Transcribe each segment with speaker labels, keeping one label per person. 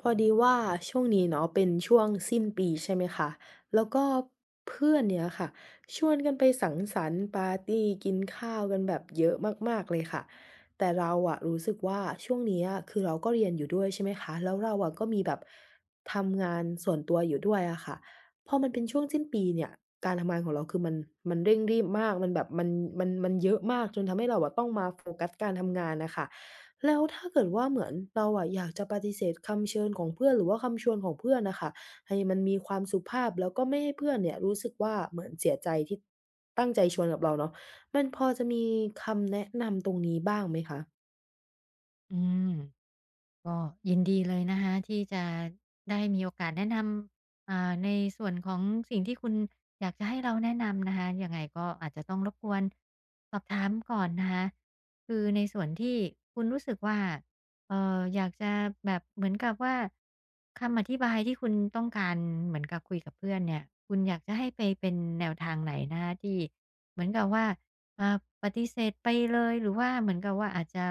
Speaker 1: พอดีว่าช่วงนี้เนาะเป็นช่วงสิ้นปีใช่ไหมคะแล้วก็เพื่อนเนี่ยค่ะชวนกันไปสังสรรค์ปาร์ตีกินข้าวกันแบบเยอะมากๆเลยค่ะแต่เราอะรู้สึกว่าช่วงนี้อะคือเราก็เรียนอยู่ด้วยใช่ไหมคะแล้วเราอะก็มีแบบทำงานส่วนตัวอยู่ด้วยอะค่ะพอมันเป็นช่วงสิ้นปีเนี่ยการทำงานของเราคือมันเร่งรีบมากมันแบบมันเยอะมากจนทำให้เราอะต้องมาโฟกัสการทำงานน่ะค่ะ แล้วถ้าเกิดว่าเหมือนเราอะอยากจะปฏิเสธคำเชิญของเพื่อนหรือว่าคำชวนของเพื่อนน่ะค่ะให้มันมีความสุภาพแล้วก็ไม่ให้เพื่อนเนี่ยรู้สึกว่าเหมือนเสียใจที่ตั้งใจชวนกับเราเนาะมันพอจะมีคำแนะนำตรงนี้บ้างไหมคะ
Speaker 2: อืมก็ยินดีเลยนะคะที่จะได้มีโอกาสแนะนำในส่วนของสิ่งที่คุณอยากจะให้เราแนะนำนะคะยังไงก็อาจจะต้องรบกวนสอบถามก่อนนะคะคือในส่วนที่คุณรู้สึกว่าอยากจะแบบเหมือนกับว่าคำอธิบายที่คุณต้องการเหมือนกับคุยกับเพื่อนเนี่ยคุณอยากจะให้ไปเป็นแนวทางไหนนะคะที่เหมือนกับว่าอ่าปฏิเสธไปเลยหรือว่าเหมือนกับว่าอาจจะ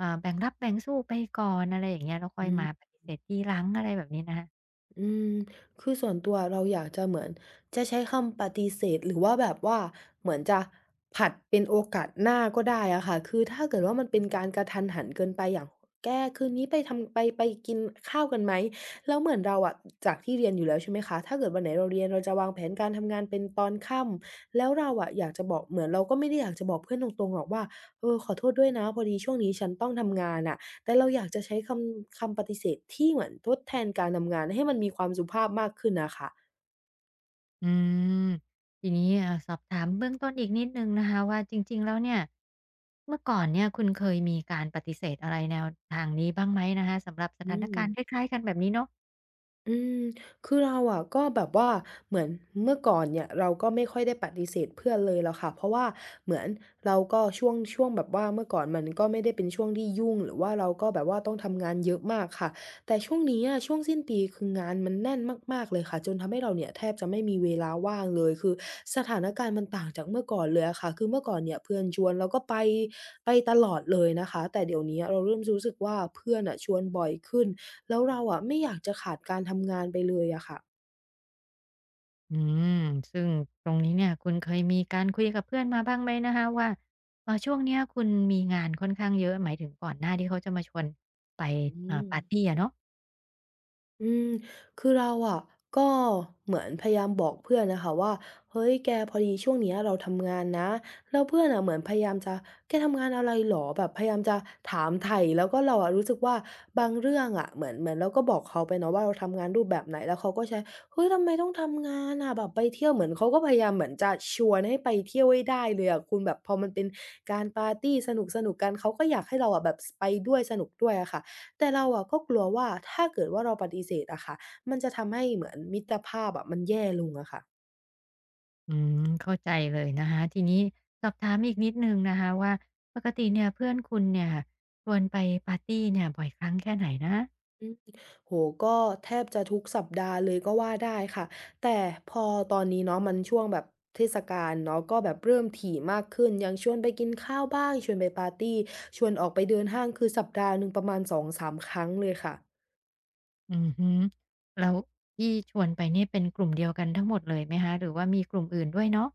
Speaker 2: แบ่งรับแบ่งสู้ไปก่อนอะไรอย่างเงี้ยแล้วค่อยมา
Speaker 1: อื
Speaker 2: ปฏิเสธทีหลังอะไรแบบนี้นะคะ
Speaker 1: อืมคือส่วนตัวเราอยากจะเหมือนจะใช้คำปฏิเสธหรือว่าแบบว่าเหมือนจะผัดเป็นโอกาสหน้าก็ได้อะค่ะคือถ้าเกิดว่ามันเป็นการกระทันหันเกินไปอย่างแกคืนนี้ไปทำไปไปกินข้าวกันไหมแล้วเหมือนเราอะจากที่เรียนอยู่แล้วใช่ไหมคะถ้าเกิดวันไหนเราเรียนเราจะวางแผนการทำงานเป็นตอนค่ำแล้วเราอะอยากจะบอกเหมือนเราก็ไม่ได้อยากจะบอกเพื่อนตรงๆหรอกว่าเออขอโทษด้วยนะพอดีช่วงนี้ฉันต้องทำงานน่ะ แต่เราอยากจะใช้คำปฏิเสธที่เหมือนทดแทนการทำงานให้มันมีความสุภาพมากขึ้นน่ะค่ะ
Speaker 2: อืมทีนี้เอ่าสอบถามเบื้องต้นอีกนิดหนึ่งนะคะว่าจริงๆแล้วเนี่ยเมื่อก่อนเนี่ยคุณเคยมีการปฏิเสธอะไรแนวทางนี้บ้างไหมนะคะสำหรับส
Speaker 1: อื
Speaker 2: ถาน
Speaker 1: ม
Speaker 2: การณ์คล้ายๆกันแบบนี้เนาะ
Speaker 1: อืมคือเราอะก็แบบว่าเหมือนเมื่อก่อนเนี่ยเราก็ไม่ค่อยได้ปฏิเสธเพื่อนเลยหรอกค่ะเพราะว่าเหมือนเราก็ช่วงแบบว่าเมื่อก่อนมันก็ไม่ได้เป็นช่วงที่ยุ่งหรือว่าเราก็แบบว่าต้องทำงานเยอะมากค่ะแต่ช่วงนี้อะช่วงสิ้นปีคืองานมันแน่นมากๆเลยค่ะจนทำให้เราเนี่ยแทบจะไม่มีเวลาว่างเลยคือสถานการณ์มันต่างจากเมื่อก่อนเลยอะค่ะคือเมื่อก่อนเนี่ยเพื่อนชวนเราก็ไปตลอดเลยนะคะแต่เดี๋ยวนี้เราเริ่มรู้สึกว่าเพื่อนอะชวนบ่อยขึ้น แล้วเราอะไม่อยากจะขาดการทำงานไปเลยอะค่ะ
Speaker 2: อืมซึ่งตรงนี้เนี่ยคุณเคยมีการคุยกับเพื่อนมาบ้างไหมนะคะว่าช่วงเนี้ยคุณมีงานค่อนข้างเยอะหมายถึงก่อนหน้าที่เขาจะมาชวนไป
Speaker 1: อืม
Speaker 2: ปาร์ตีอะเนาะ
Speaker 1: อืม คือเราอะก็เหมือนพยายามบอกเพื่อนนะคะว่าเฮ้ยแกพอดีช่วงเนี้ยเราทำงานนะแล้วเพื่อนน่ะเหมือนพยายามจะแกทำงานอะไรเหรอแบบพยายามจะถามไถ่แล้วก็เราอะรู้สึกว่าบางเรื่องอะเหมือนเราก็บอกเขาไปเนาะว่าเราทำงานรูปแบบไหนแล้วเขาก็ใช้เฮ้ยทำไมต้องทำงานอะแบบไปเที่ยวเหมือนเขาก็พยายามเหมือนจะชวนให้ไปเที่ยวให้ได้เลยอะคุณแบบพอมันเป็นการปาร์ตีสนุกๆกันเขาก็อยากให้เราอะแบบสไปด้วยสนุกด้วยอะค่ะ แต่เราอะก็กลัวว่าถ้าเกิดว่าเราปฏิเสธอะค่ะมันจะทำให้เหมือนมิตรภาพอะมันแย่ลงอะค่ะ
Speaker 2: อืเข้าใจเลยนะคะทีนี้สอบถามอีกนิดหนึ่งนะคะว่าปกติเนี่ยเพื่อนคุณเนี่ยชวนไปปาร์ตีเนี่ยบ่อยครั้งแค่ไหนนะ
Speaker 1: อืมโอ้โฮก็แทบจะทุกสัปดาห์เลยก็ว่าได้ค่ะแต่พอตอนนี้เนาะมันช่วงแบบเทศกาลเนาะก็แบบเริ่มถี่มากขึ้นยังชวนไปกินข้าวบ้างชวนไปปาร์ตีชวนออกไปเดินห้างคือสัปดาห์หนึ่งประมาณ2-3ครั้งเลยค่ะ
Speaker 2: อือฮึแล้วที่ชวนไปนี่เป็นกลุ่มเดียวกันทั้งหมดเลยไหมคะหรือว่ามีกลุ่มอื่นด้วยเนาะ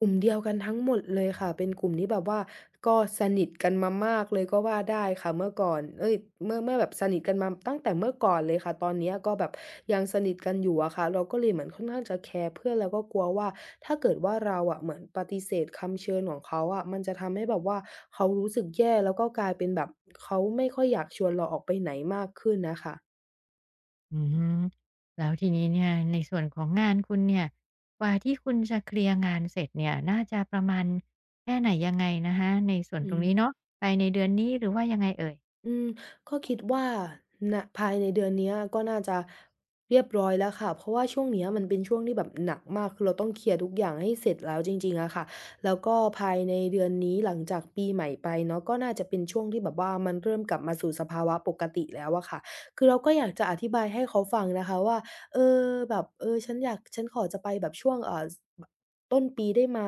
Speaker 1: กลุ่มเดียวกันทั้งหมดเลยค่ะเป็นกลุ่มที่แบบว่าก็สนิทกันมามากเลยก็ว่าได้ค่ะเมื่อก่อนเอ๊ยเมื่อแบบสนิทกันมาตั้งแต่เมื่อก่อนเลยค่ะตอนเนี้ยก็แบบยังสนิทกันอยู่อะค่ะเราก็เลยเหมือนค่อนข้างจะแคร์เพื่อนแล้วก็กลัวว่าถ้าเกิดว่าเราอะเหมือนปฏิเสธคำเชิญของเขาอะมันจะทำให้แบบว่าเขารู้สึกแย่แล้วก็กลายเป็นแบบเขาไม่ค่อยอยากชวนเราออกไปไหนมากขึ้นน่ะค่ะ
Speaker 2: อือฮึแล้วทีนี้เนี่ยในส่วนของงานคุณเนี่ยกว่าที่คุณจะเคลียร์งานเสร็จเนี่ยน่าจะประมาณแค่ไหนยังไงนะคะในส่วนต
Speaker 1: อื
Speaker 2: รงนี้
Speaker 1: ม
Speaker 2: เนาะภายในเดือนนี้หรือว่ายังไงเอ่ย
Speaker 1: อืมก็คิดว่าณภายในเดือนเนี้ยก็น่าจะเรียบร้อยแล้วค่ะเพราะว่าช่วงเนี้ยมันเป็นช่วงที่แบบหนักมากคือเราต้องเคลียร์ทุกอย่างให้เสร็จแล้วจริงๆอะค่ะแล้วก็ภายในเดือนนี้หลังจากปีใหม่ไปเนาะก็น่าจะเป็นช่วงที่แบบว่ามันเริ่มกลับมาสู่สภาวะปกติแล้วอะค่ะคือเราก็อยากจะอธิบายให้เขาฟังนะคะว่าเออแบบเออฉันขอจะไปแบบช่วงสบต้นปีได้ไหม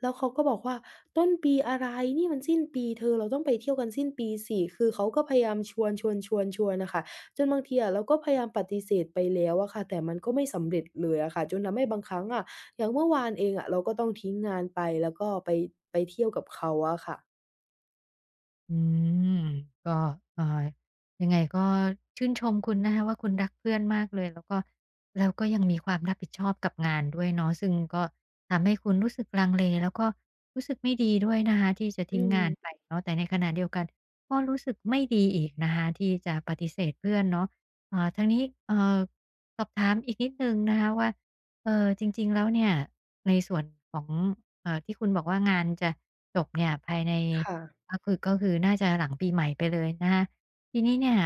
Speaker 1: แล้วเขาก็บอกว่าต้นปีอะไรนี่มันสิ้นปีเธอเราต้องไปเที่ยวกันสิ้นปีสิคือเขาก็พยายามชวนๆๆๆน่ะค่ะจนบางทีอะเราก็พยายามปฏิเสธไปแล้วอะค่ะแต่มันก็ไม่สำเร็จเลยอะค่ะจนทำให้บางครั้งอะอย่างเมื่อวานเองอะเราก็ต้องทิ้งงานไปแล้วก็ไปเที่ยวกับเขาอะค่ะ
Speaker 2: อืมก็เอ่ายังไงก็ชื่นชมคุณนะคะว่าคุณรักเพื่อนมากเลยแล้วก็แล้วก็ยังมีความรับผิดชอบกับงานด้วยเนาะซึ่งก็ทำให้คุณรู้สึกลังเลแล้วก็รู้สึกไม่ดีด้วยนะคะที่จะทิ้
Speaker 1: อื
Speaker 2: งงานไป
Speaker 1: ม
Speaker 2: เนาะแต่ในขณะเดียวกันก็รู้สึกไม่ดีอีกนะคะที่จะปฏิเสธเพื่อนเนาะทางนี้เอ่อสอบถามอีกนิดหนึ่งนะคะว่าจริงๆแล้วเนี่ยในส่วนของที่คุณบอกว่างานจะจบเนี่ยภายใน
Speaker 1: ค่ะ
Speaker 2: ก็คือก็คือน่าจะหลังปีใหม่ไปเลยนะคะทีนี้เนี่ย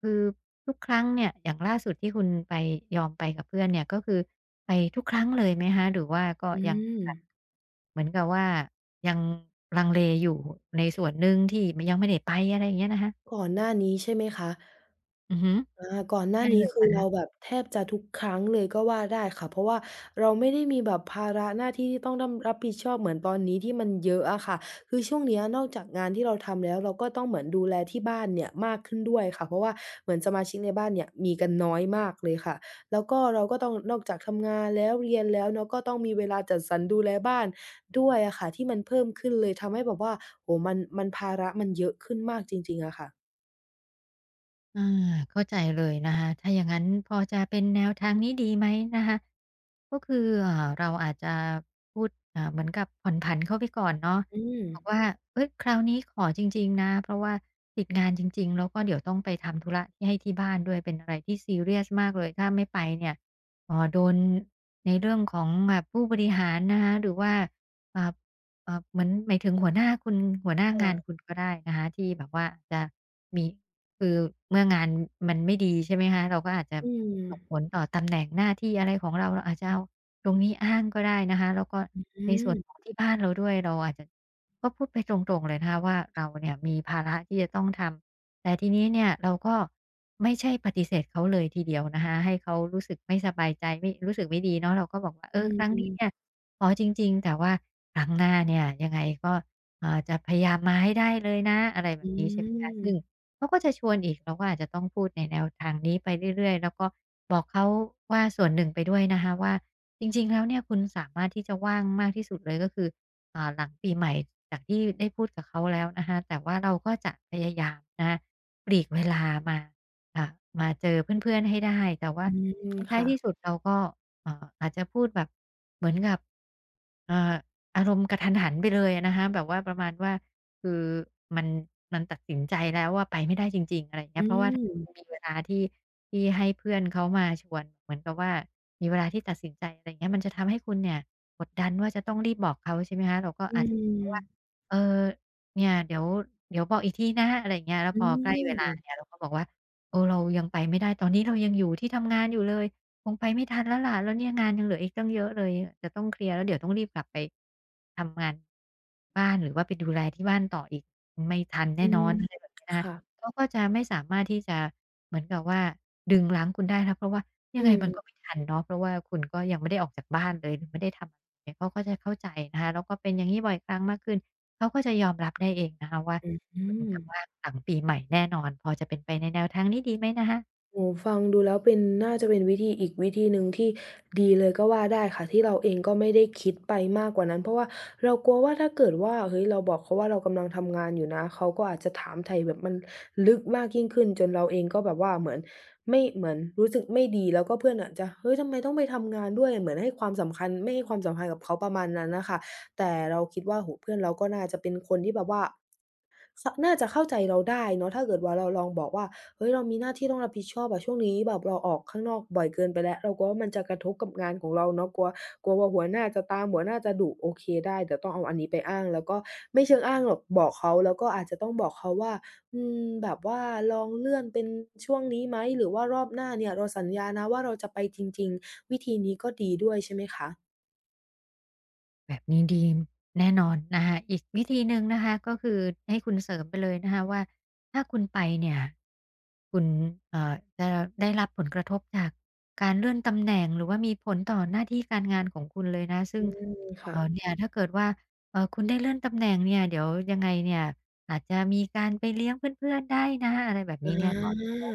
Speaker 2: คือทุกครั้งเนี่ยอย่างล่าสุดที่คุณไปยอมไปกับเพื่อนเนี่ยก็คือไปทุกครั้งเลยไหมคะหรือว่าก็
Speaker 1: อื
Speaker 2: ยังแบบ
Speaker 1: ม
Speaker 2: เหมือนกับว่ายังลังเลอยู่ในส่วนหนึ่งที่มยังไม่ได้ไปอะไรอย่างเงี้ยนะคะ
Speaker 1: ก่อนหน้านี้ใช่ไหมคะ
Speaker 2: อือฮึ
Speaker 1: อาก่อนหน้า
Speaker 2: ใช่เล
Speaker 1: นี้
Speaker 2: ยเหร
Speaker 1: คือเราแบ
Speaker 2: อะ
Speaker 1: บแทบจะทุกครั้งเลยก็ว่าได้ค่ะ เพราะว่าเราไม่ได้มีแบบภาระหน้าที่ที่ต้องด้ำรับผิดชอบเหมือนตอนนี้ที่มันเยอะอะค่ะ คือช่วงเนี้ยนอกจากงานที่เราทำแล้วเราก็ต้องเหมือนดูแลที่บ้านเนี่ยมากขึ้นด้วยค่ะเพราะว่าเหมือนสมาชิกในบ้านเนี่ยมีกันน้อยมากเลยค่ะ แล้วก็เราก็ต้องนอกจากทำงานแล้วเรียนแล้วเนาะก็ต้องมีเวลาจัดสรรดูแลบ้านด้วยอะค่ะที่มันเพิ่มขึ้นเลยทำให้แบบว่าโอ้โฮมันภาระมันเยอะขึ้นมากจริงๆอะค่ะ
Speaker 2: อาเข้าใจเลยนะคะถ้าอย่างงั้นพอจะเป็นแนวทางนี้ดีไหมนะคะก็คือเราอาจจะพูดเหมือนกับผ่อนผันเขาไปก่อนเนาะ
Speaker 1: อืม
Speaker 2: บอกว่าเฮ้ยคราวนี้ขอจริงๆนะเพราะว่าติดงานจริงๆแล้วก็เดี๋ยวต้องไปทำธุระที่ให้ที่บ้านด้วยเป็นอะไรที่ซีเรียสมากเลยถ้าไม่ไปเนี่ยโดนในเรื่องของแบบผู้บริหารนะคะหรือว่าอ่าอ่าเหมือนหมายถึงหัวหน้าคุณหัวหน้างาน
Speaker 1: ค่ะ
Speaker 2: คุณก็ได้นะคะที่แบบว่าจะมี คือเมื่องานมันไม่ดีใช่ไหมคะเราก็อาจจะ
Speaker 1: อื
Speaker 2: ส่งผ
Speaker 1: ม
Speaker 2: ลต่อตำแหน่งหน้าที่อะไรของเราเราอาจจะเอาตรงนี้อ้างก็ได้นะคะแล้วก็
Speaker 1: อื
Speaker 2: ในส่วนขอ
Speaker 1: ม
Speaker 2: งที่บ้านเราด้วยเราอาจจะก็พูดไปตรงๆเลยนะคะว่าเราเนี่ยมีภาระที่จะต้องทำแต่ทีนี้เนี่ยเราก็ไม่ใช่ปฏิเสธเขาเลยทีเดียวนะคะให้เขารู้สึกไม่สบายใจไม่รู้สึกไม่ดีเนาะเราก็บอกว่าเออครั้ง
Speaker 1: อืม
Speaker 2: นี้เนี่ยขอจริงๆแต่ว่าครั้งหน้าเนี่ยยังไงก็จะพยายามมาให้ได้เลยนะอะไรแบ
Speaker 1: อื
Speaker 2: บนี้ใช่ไหมคะซึ่ง
Speaker 1: ม
Speaker 2: เขาก็จะชวนอีกเราก็อาจจะต้องพูดในแนวทางนี้ไปเรื่อยๆแล้วก็บอกเขาว่าส่วนหนึ่งไปด้วยนะคะว่าจริงๆแล้วเนี่ยคุณสามารถที่จะว่างมากที่สุดเลยก็คือหลังปีใหม่จากที่ได้พูดกับเขาแล้วนะคะแต่ว่าเราก็จะพยายามนะคะปลีกเวลามาอ่ามาเจอเพื่อนๆให้ได้แต่ว่า
Speaker 1: อืม
Speaker 2: ในท้าย
Speaker 1: ค่ะ
Speaker 2: ที่สุดเราก็เอ่าอาจจะพูดแบบเหมือนกับเอ่าอารมณ์กะทันหันไปเลยอะนะคะแบบว่าประมาณว่า คือมันมันตัดสินใจแล้วว่าไปไม่ได้จริงๆอะไรอย่างเงี้
Speaker 1: อื
Speaker 2: ยเพราะว่าถ้าคุณ
Speaker 1: ม
Speaker 2: มีเวลาที่ให้เพื่อนเขามาชวนเหมือนกับว่ามีเวลาที่ตัดสินใจอะไรอย่างเงี้ยมันจะทำให้คุณเนี่ยกดดันว่าจะต้องรีบบอกเขาใช่ไหมคะเราก็
Speaker 1: อื
Speaker 2: อาจจะเพราะ
Speaker 1: ม
Speaker 2: ว่าเออเนี่ยเดี๋ยวบอกอีกทีนะอะไรอย่างเงี้ยแล้ว
Speaker 1: อื
Speaker 2: พอใกล้เวลาเนี่ย
Speaker 1: ม
Speaker 2: เราก็บอกว่าเออเรายังไปไม่ได้ตอนนี้เรายังอยู่ที่ทำงานอยู่เลย คงไปไม่ทันแล้วล่ะแล้วเนี่ยงานยังเหลืออีกตั้งเยอะเลยจะต้องเคลียร์แล้วเดี๋ยวต้องรีบกลับไปทำงานบ้านหรือว่าไปดูแลที่บ้านต่ออีกไม่ทันแน่
Speaker 1: อื
Speaker 2: นอ
Speaker 1: ม
Speaker 2: นอะไรแบบนี้นะคะ
Speaker 1: ค่ะ
Speaker 2: เขาก็จะไม่สามารถที่จะเหมือนกับว่าดึงรั้งคุณได้นะเพราะว่ายั
Speaker 1: อื
Speaker 2: งไงมันก็
Speaker 1: ม
Speaker 2: ไม่ทันเนาะเพราะว่าคุณก็ยังไม่ได้ออกจากบ้านเลยหรือไม่ได้ทำเนี่ยเขาก็จะเข้าใจนะคะแล้วก็เป็นอย่างงี้บ่อยครั้งมากขึ้นเขาก็จะยอมรับได้เองนะคะว่า
Speaker 1: อื
Speaker 2: เหมือนกับว่า
Speaker 1: ม
Speaker 2: หลังปีใหม่แน่นอนพอจะเป็นไปในแนวทางนี้ดีไหมนะคะ
Speaker 1: โอ้ฟังดูแล้วเป็นน่าจะเป็นวิธีอีกวิธีหนึ่งที่ดีเลยก็ว่าได้ค่ะที่เราเองก็ไม่ได้คิดไปมากกว่านั้นเพราะว่าเรากลัวว่าถ้าเกิดว่าเฮ้ยเราบอกเขาว่าเรากำลังทำงานอยู่นะเขาก็อาจจะถามไถ่แบบมันลึกมากยิ่งขึ้นจนเราเองก็แบบว่าเหมือนไม่เหมือนรู้สึกไม่ดีแล้วก็เพื่อนอาจจะเฮ้ยทำไมต้องไปทำงานด้วยเหมือนให้ความสำคัญไม่ให้ความสำคัญกับเขาประมาณนั้นน่ะค่ะแต่เราคิดว่าโอ้โฮเพื่อนเราก็น่าจะเป็นคนที่แบบว่าสน่าจะเข้าใจเราได้เนาะถ้าเกิดว่าเราลองบอกว่า เฮ้ยเรามีหน้าที่ต้องรับผิดชอบอะช่วงนี้แบบเราออกข้างนอกบ่อยเกินไปแล้วเรากลัวว่ามันจะกระทบกับงานของเราเนาะกลัวกลัวว่าหัวหน้าจะตามหัวหน้าจะดุโอเคได้เดี๋ยวต้องเอาอันนี้ไปอ้างแล้วก็ไม่เชิงอ้างหรอกบอกเขาแล้วก็อาจจะต้องบอกเขาว่าอืมแบบว่าลองเลื่อนเป็นช่วงนี้ไหมหรือว่ารอบหน้าเนี่ยเราสัญญานะว่าเราจะไปจริงๆวิธีนี้ก็ดีด้วยใช่ไหมคะ
Speaker 2: แบบนี้ดีแน่นอนนะคะอีกวิธีหนึ่งนะคะก็คือให้คุณเสริมไปเลยนะคะว่าถ้าคุณไปเนี่ยคุณจะได้รับผลกระทบจากการเลื่อนตำแหน่งหรือว่ามีผลต่อหน้าที่การงานของคุณเลยนะซึ่
Speaker 1: อื
Speaker 2: ง
Speaker 1: มค่ะ
Speaker 2: เนี่ยถ้าเกิดว่าคุณได้เลื่อนตำแหน่งเนี่ยเดี๋ยวยังไงเนี่ยอาจจะมีการไปเลี้ยงเพื่อนๆได้นะอะไรแบบ
Speaker 1: อ
Speaker 2: นี้เนี่ยก็ให้
Speaker 1: า
Speaker 2: เขา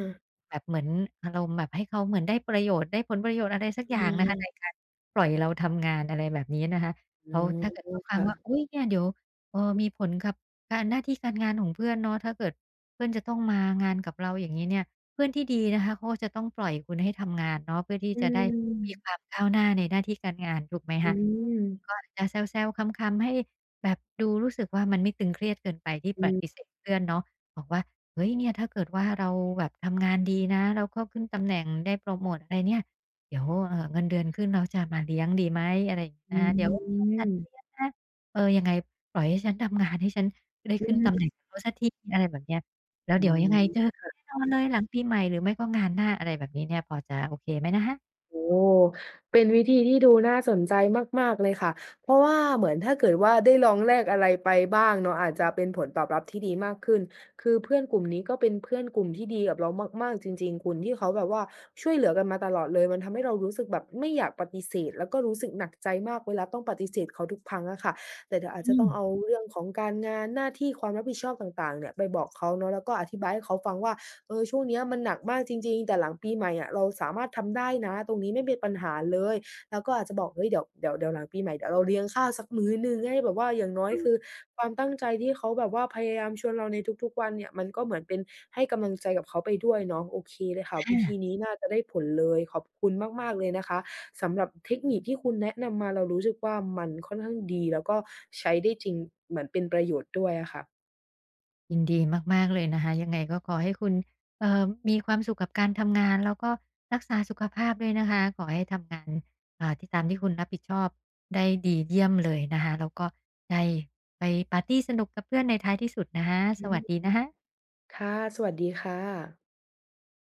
Speaker 2: แบบเหมือนอารมณ์แบบให้เขาเหมือนได้ประโยชน์ได้ผลประโยชน์อะไรสักอ
Speaker 1: อื
Speaker 2: ย่างนะคะใน
Speaker 1: ม
Speaker 2: การปล่อยเราทำงานอะไรแบบนี้นะคะ
Speaker 1: อ๋
Speaker 2: เขาถ้าเกิด
Speaker 1: อ
Speaker 2: เขาฟัง
Speaker 1: ค่ะ
Speaker 2: ว่าอุ๊ยเนี่ยเดี๋ยวเออมีผลกับการหน้าที่การงานของเพื่อนเนาะถ้าเกิดเพื่อนจะต้องมางานกับเราอย่างงี้เนี่ยเพื่อนที่ดีนะคะเขาก็จะต้องปล่อยคุณให้ทำงานเนาะเพื่อที่
Speaker 1: อื
Speaker 2: จะได้
Speaker 1: ม
Speaker 2: มีความก้าวหน้าในหน้าที่การงานถูกไหม
Speaker 1: อื
Speaker 2: คะ
Speaker 1: ม
Speaker 2: ก็อาจจะแซวๆขำๆให้แบบดูรู้สึกว่ามันไม่ตึงเครียดเกินไปที่ป
Speaker 1: อื
Speaker 2: ฏิเส
Speaker 1: ม
Speaker 2: ธเพื่อนเนาะบอกว่าเฮ้ยเนี่ยถ้าเกิดว่าเราแบบทำงานดีนะเราก็ขึ้นตำแหน่งได้โพรโมตอะไรเนี่ย เดี๋ยวเงินเดือนขึ้นแล้วจะมาเลี้ยงดีไหมอะไรอย่างงี้
Speaker 1: อื
Speaker 2: นะคะเดี๋ยวมีโอกาสจะเลี้ย
Speaker 1: ม
Speaker 2: งนะเออยังไงปล่อยให้ฉันทำงานให้ฉันได้
Speaker 1: อื
Speaker 2: ขึ้นตำแห
Speaker 1: ม
Speaker 2: น่งกับเขาสักทีอะไรแบบเนี้ยแล้ว
Speaker 1: อื
Speaker 2: เดี๋ยวยังไงเจอ
Speaker 1: ม
Speaker 2: กันแน่นอนเลยหลังปีใหม่หรือไม่ก็งานหน้าอะไรแบบนี้เนี่ยพอจะโอเคไหมนะคะ
Speaker 1: โอ้โฮเป็นวิธีที่ดูน่าสนใจมากๆเลยค่ะ เพราะว่าเหมือนถ้าเกิดว่าได้ลองแลกอะไรไปบ้างเนาะอาจจะเป็นผลตอบรับที่ดีมากขึ้นคือเพื่อนกลุ่มนี้ก็เป็นเพื่อนกลุ่มที่ดีกับเรามากๆจริงๆคุณที่เขาแบบว่าช่วยเหลือกันมาตลอดเลยมันทำให้เรารู้สึกแบบไม่อยากปฏิเสธแล้วก็รู้สึกหนักใจมากเวลาต้องปฏิเสธเขาทุกครั้งอะค่ะแต่เดี๋ยวอาจ
Speaker 2: อื
Speaker 1: จะ
Speaker 2: ม
Speaker 1: ต้องเอาเรื่องของการงานหน้าที่ความรับผิดชอบต่างๆเนี่ยไปบอกเขาเนาะแล้วก็อธิบายให้เขาฟังว่า เออช่วงเนี้ยมันหนักมากจริงๆแต่หลังปีใหม่อะเราสามารถทำได้นะตรงนี้ไม่เป็นปัญหาเลยแล้วก็อาจจะบอกเฮ้ยเดี๋ยวหลังปีใหม่เดี๋ยวเราเลี้ยงข้าวสักมื้อหนึ่งให้แบบว่าอย่างน้อยคือความตั้งใจที่เขาแบบว่าพยายามชวนเราในทุกๆวันเนี่ยมันก็เหมือนเป็นให้กำลังใจกับเขาไปด้วยเนาะโอเคเลยค่ะวิ
Speaker 2: ค่ะ
Speaker 1: ธีนี้น่าจะได้ผลเลยขอบคุณมากๆเลยนะคะสำหรับเทคนิคที่คุณแนะนำมาเรารู้สึกว่ามันค่อนข้างดีแล้วก็ใช้ได้จริงเหมือนเป็นประโยชน์ด้วยอะค่ะ
Speaker 2: ยินดีมากๆเลยนะคะยังไงก็ขอให้คุณมีความสุขกับการทำงานแล้วก็รักษาสุขภาพด้วยนะคะขอให้ทำงานที่ตามที่คุณรับผิดชอบได้ดีเยี่ยมเลยนะคะแล้วก็ได้ไปปาร์ตีสนุกกับเพื่อนในท้ายที่สุดนะคะส
Speaker 1: อื
Speaker 2: วัส
Speaker 1: ม
Speaker 2: ดีนะคะ
Speaker 1: ค่ะสวัสดีค่ะ